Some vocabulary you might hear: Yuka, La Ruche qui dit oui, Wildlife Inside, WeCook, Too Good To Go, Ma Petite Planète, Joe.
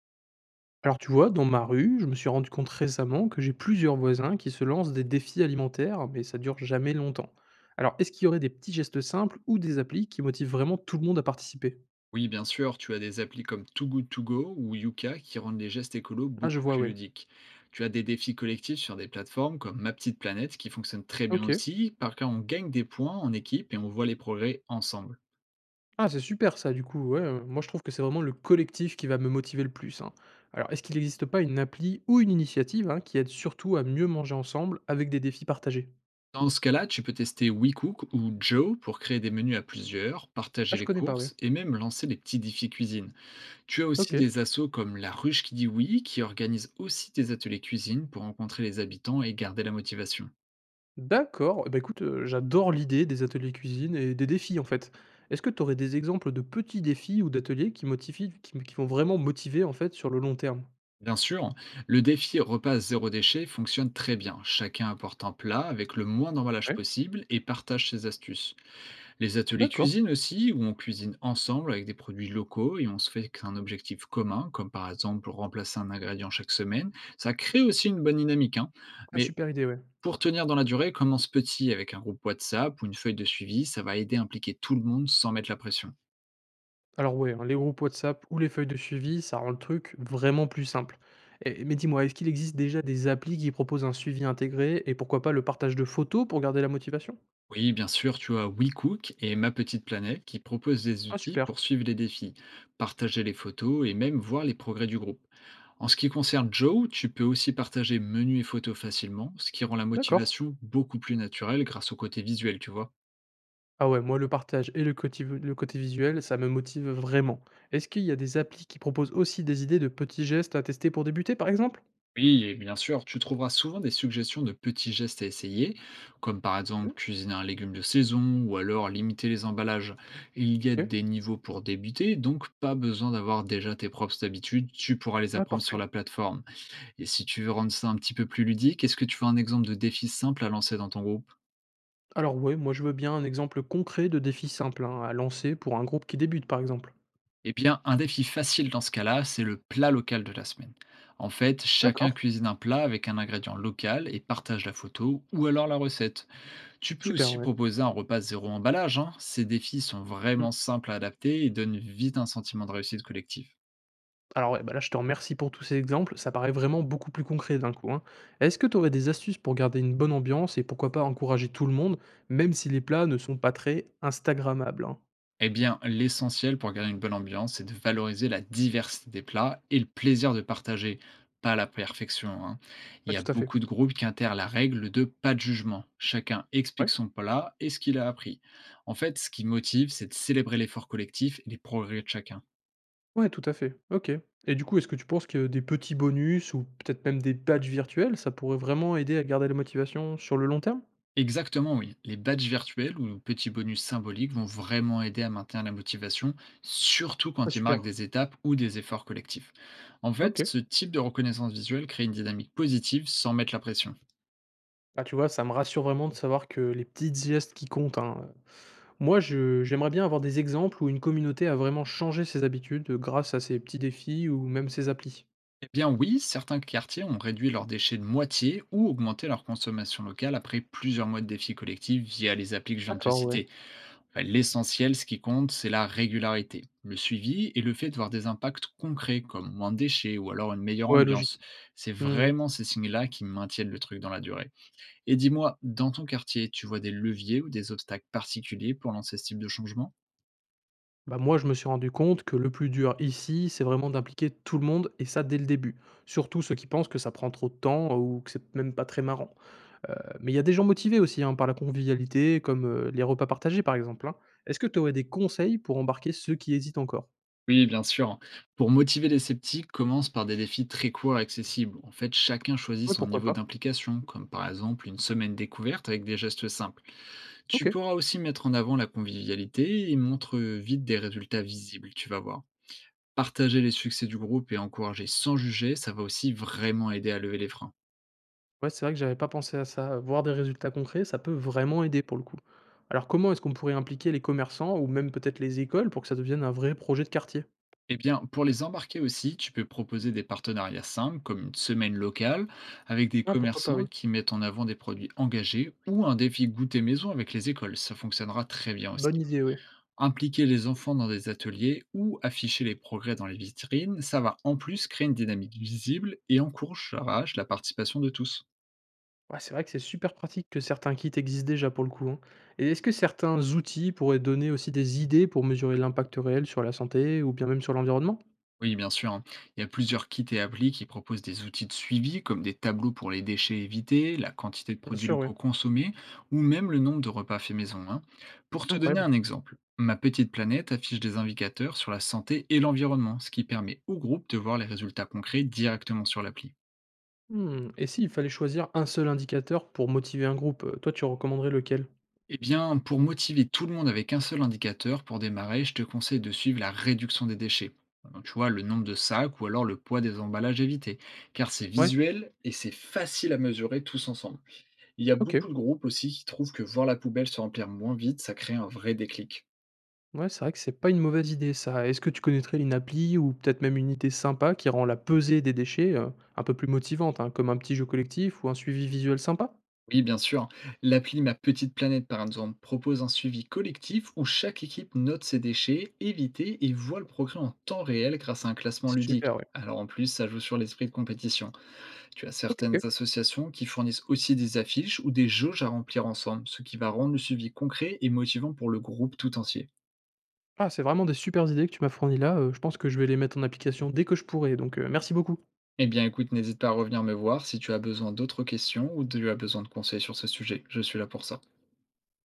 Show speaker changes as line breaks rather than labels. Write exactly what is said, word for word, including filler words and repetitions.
Alors tu vois, dans ma rue, je me suis rendu compte récemment que j'ai plusieurs voisins qui se lancent des défis alimentaires, mais ça dure jamais longtemps. Alors est-ce qu'il y aurait des petits gestes simples ou des applis qui motivent vraiment tout le monde à participer?
Oui, bien sûr, tu as des applis comme Too Good To Go ou Yuka qui rendent les gestes écolos
Ah je
beaucoup
vois,
plus
ouais.
ludiques. Tu as des défis collectifs sur des plateformes comme Ma Petite Planète qui fonctionnent très bien
Ok.
aussi, par cas on gagne des points en équipe et on voit les progrès ensemble.
Ah c'est super ça du coup, ouais. euh, Moi je trouve que c'est vraiment le collectif qui va me motiver le plus, hein. Alors est-ce qu'il n'existe pas une appli ou une initiative, hein, qui aide surtout à mieux manger ensemble avec des défis partagés?
Dans ce cas-là, tu peux tester WeCook ou Joe pour créer des menus à plusieurs,
Ah
partager
je
les
connais pas, ouais.
courses et même lancer les petits défis cuisine. Tu as
Ok.
aussi des assos comme La Ruche qui dit oui qui organisent aussi des ateliers cuisine pour rencontrer les habitants et garder la motivation.
D'accord, eh bah, écoute, heu, j'adore l'idée des ateliers cuisine et des défis, en fait. Est-ce que tu aurais des exemples de petits défis ou d'ateliers qui motivent, qui qui vont vraiment motiver, en fait, sur le long terme?
Bien sûr, le défi repas zéro déchet fonctionne très bien. Chacun apporte un plat avec le moins d'emballage
Ouais.
possible et partage ses astuces. Les ateliers
D'accord.
cuisine aussi, où on cuisine ensemble avec des produits locaux et on se fait un objectif commun, comme par exemple remplacer un ingrédient chaque semaine, ça crée aussi une bonne dynamique, hein.
Ah,
Mais
super idée, ouais.
pour tenir dans la durée, commence petit avec un groupe WhatsApp ou une feuille de suivi, ça va aider à impliquer tout le monde sans mettre la pression.
Alors ouais, hein, les groupes WhatsApp ou les feuilles de suivi, ça rend le truc vraiment plus simple. Et mais dis-moi, est-ce qu'il existe déjà des applis qui proposent un suivi intégré et pourquoi pas le partage de photos pour garder la motivation?
Oui, bien sûr, tu as WeCook et Ma Petite Planète qui proposent des
Ah
outils
super,
pour suivre les défis, partager les photos et même voir les progrès du groupe. En ce qui concerne Joe, tu peux aussi partager menus et photos facilement, ce qui rend la
d'accord.
motivation beaucoup plus naturelle grâce au côté visuel, tu vois.
Ah ouais, moi le partage et le côté v le côté visuel, ça me motive vraiment. Est-ce qu'il y a des applis qui proposent aussi des idées de petits gestes à tester pour débuter, par exemple?
Oui, et bien sûr, tu trouveras souvent des suggestions de petits gestes à essayer, comme par exemple
Mmh.
cuisiner un légume de saison ou alors limiter les emballages. Il y a
OK.
des niveaux pour débuter, donc pas besoin d'avoir déjà tes propres habitudes, tu pourras les
Ouais,
apprendre sur
parfait.
la plateforme. Et si tu veux rendre ça un petit peu plus ludique, est-ce que tu veux un exemple de défi simple à lancer dans ton groupe?
Alors ouais, moi je veux bien un exemple concret de défi simple, hein, à lancer pour un groupe qui débute, par exemple.
Eh bien, un défi facile dans ce cas-là, c'est le plat local de la semaine. En fait, chacun
D'accord,
cuisine un plat avec un ingrédient local et partage la photo ou alors la recette. Tu peux
super,
aussi
ouais.
proposer un repas zéro emballage, hein. Ces défis sont
Mmh.
vraiment simples à adapter et donnent vite un sentiment de réussite collective.
Alors ouais, bah là, je te remercie pour tous ces exemples, ça paraît vraiment beaucoup plus concret d'un coup, hein. Est-ce que tu aurais des astuces pour garder une bonne ambiance et pourquoi pas encourager tout le monde, même si les plats ne sont pas très instagrammables, hein?
Eh bien, l'essentiel pour garder une bonne ambiance, c'est de valoriser la diversité des plats et le plaisir de partager, pas la perfection, hein. Il
Ouais,
y a
tout à fait.
beaucoup de groupes qui intèrent la règle de pas de jugement. Chacun explique
Ouais.
son plat et ce qu'il a appris. En fait, ce qui motive, c'est de célébrer l'effort collectif et les progrès de chacun.
Ouais, tout à fait. OK, et du coup, est-ce que tu penses que des petits bonus ou peut-être même des badges virtuels, ça pourrait vraiment aider à garder la motivation sur le long terme?
Exactement, oui. Les badges virtuels ou petits bonus symboliques vont vraiment aider à maintenir la motivation, surtout
Ah
quand ils
super,
marquent des étapes ou des efforts collectifs. En fait,
OK.
ce type de reconnaissance visuelle crée une dynamique positive sans mettre la pression.
Ah tu vois, ça me rassure vraiment de savoir que les petits gestes qui comptent, hein, moi, je j'aimerais bien avoir des exemples où une communauté a vraiment changé ses habitudes, grâce à ces petits défis ou même ces applis.
Eh bien oui, certains quartiers ont réduit leurs déchets de moitié ou augmenté leur consommation locale après plusieurs mois de défis collectifs via les applis que je viens de te
D'accord, ouais.
citer. L'essentiel, ce qui compte, c'est la régularité, le suivi et le fait de voir des impacts concrets comme moins de déchets ou alors une meilleure
Ouais, logique.
ambiance. C'est
Mmh.
vraiment ces signes-là qui maintiennent le truc dans la durée. Et dis-moi, dans ton quartier, tu vois des leviers ou des obstacles particuliers pour lancer ce type de changement?
Bah, moi, je me suis rendu compte que le plus dur ici, c'est vraiment d'impliquer tout le monde et ça dès le début. Surtout ceux qui pensent que ça prend trop de temps ou que c'est même pas très marrant. Heu, mais il y a des gens motivés aussi, hein, par la convivialité comme, heu, les repas partagés par exemple, hein. Est-ce que tu aurais des conseils pour embarquer ceux qui hésitent encore?
Oui, bien sûr. Pour motiver les sceptiques, commence par des défis très courts et accessibles. En fait, chacun choisit
Ouais,
son
pourquoi
niveau
pas?
d'implication, comme par exemple une semaine découverte avec des gestes simples. Tu
OK.
pourras aussi mettre en avant la convivialité et montre euh, vite des résultats visibles, tu vas voir. Partager les succès du groupe et encourager sans juger, ça va aussi vraiment aider à lever les freins.
Ouais, c'est vrai que j'avais pas pensé à ça. Voir des résultats concrets, ça peut vraiment aider pour le coup. Alors comment est-ce qu'on pourrait impliquer les commerçants ou même peut-être les écoles pour que ça devienne un vrai projet de quartier?
Eh bien, pour les embarquer aussi, tu peux proposer des partenariats simples, comme une semaine locale, avec des
Ah, pourquoi pas,
commerçants
oui.
qui mettent en avant des produits engagés ou un défi goûter maison avec les écoles. Ça fonctionnera très bien
Bonne
aussi.
idée, oui.
Impliquer les enfants dans des ateliers ou afficher les progrès dans les vitrines, ça va en plus créer une dynamique visible et encouragera la participation de tous.
Ouais, c'est vrai que c'est super pratique que certains kits existent déjà pour le coup, hein. Et est-ce que certains outils pourraient donner aussi des idées pour mesurer l'impact réel sur la santé ou bien même sur l'environnement?
Oui, bien sûr, hein. Il y a plusieurs kits et applis qui proposent des outils de suivi comme des tableaux pour les déchets évités, la quantité de
Bien
produits
sûr, oui.
locaux consommés ou même le nombre de repas faits maison, hein. Pour te donner
Incroyable.
un exemple, Ma Petite Planète affiche des indicateurs sur la santé et l'environnement, ce qui permet au groupe de voir les résultats concrets directement sur l'appli.
Mmh, et s'il fallait choisir un seul indicateur pour motiver un groupe, heu, toi tu recommanderais lequel?
Eh bien, pour motiver tout le monde avec un seul indicateur, pour démarrer, je te conseille de suivre la réduction des déchets. Donc, tu vois, le nombre de sacs ou alors le poids des emballages évités, car c'est
Ouais,
visuel et c'est facile à mesurer tous ensemble. Il y a
OK.
beaucoup de groupes aussi qui trouvent que voir la poubelle se remplir moins vite, ça crée un vrai déclic.
Ouais, c'est vrai que c'est pas une mauvaise idée ça. Est-ce que tu connaîtrais une appli ou peut-être même une idée sympa qui rend la pesée des déchets, heu, un peu plus motivante, hein, comme un petit jeu collectif ou un suivi visuel sympa?
Oui, bien sûr, l'appli Ma Petite Planète, par exemple, propose un suivi collectif où chaque équipe note ses déchets évités et voit le progrès en temps réel grâce à un classement
C'est
ludique.
super, ouais.
Alors en plus, ça joue sur l'esprit de compétition. Tu as certaines
OK.
associations qui fournissent aussi des affiches ou des jauges à remplir ensemble, ce qui va rendre le suivi concret et motivant pour le groupe tout entier.
Ah, c'est vraiment des supers idées que tu m'as fournies là, heu, je pense que je vais les mettre en application dès que je pourrai donc, heu, merci beaucoup.
Eh bien écoute, n'hésite pas à revenir me voir si tu as besoin d'autres questions ou tu as besoin de conseils sur ce sujet. Je suis là pour ça.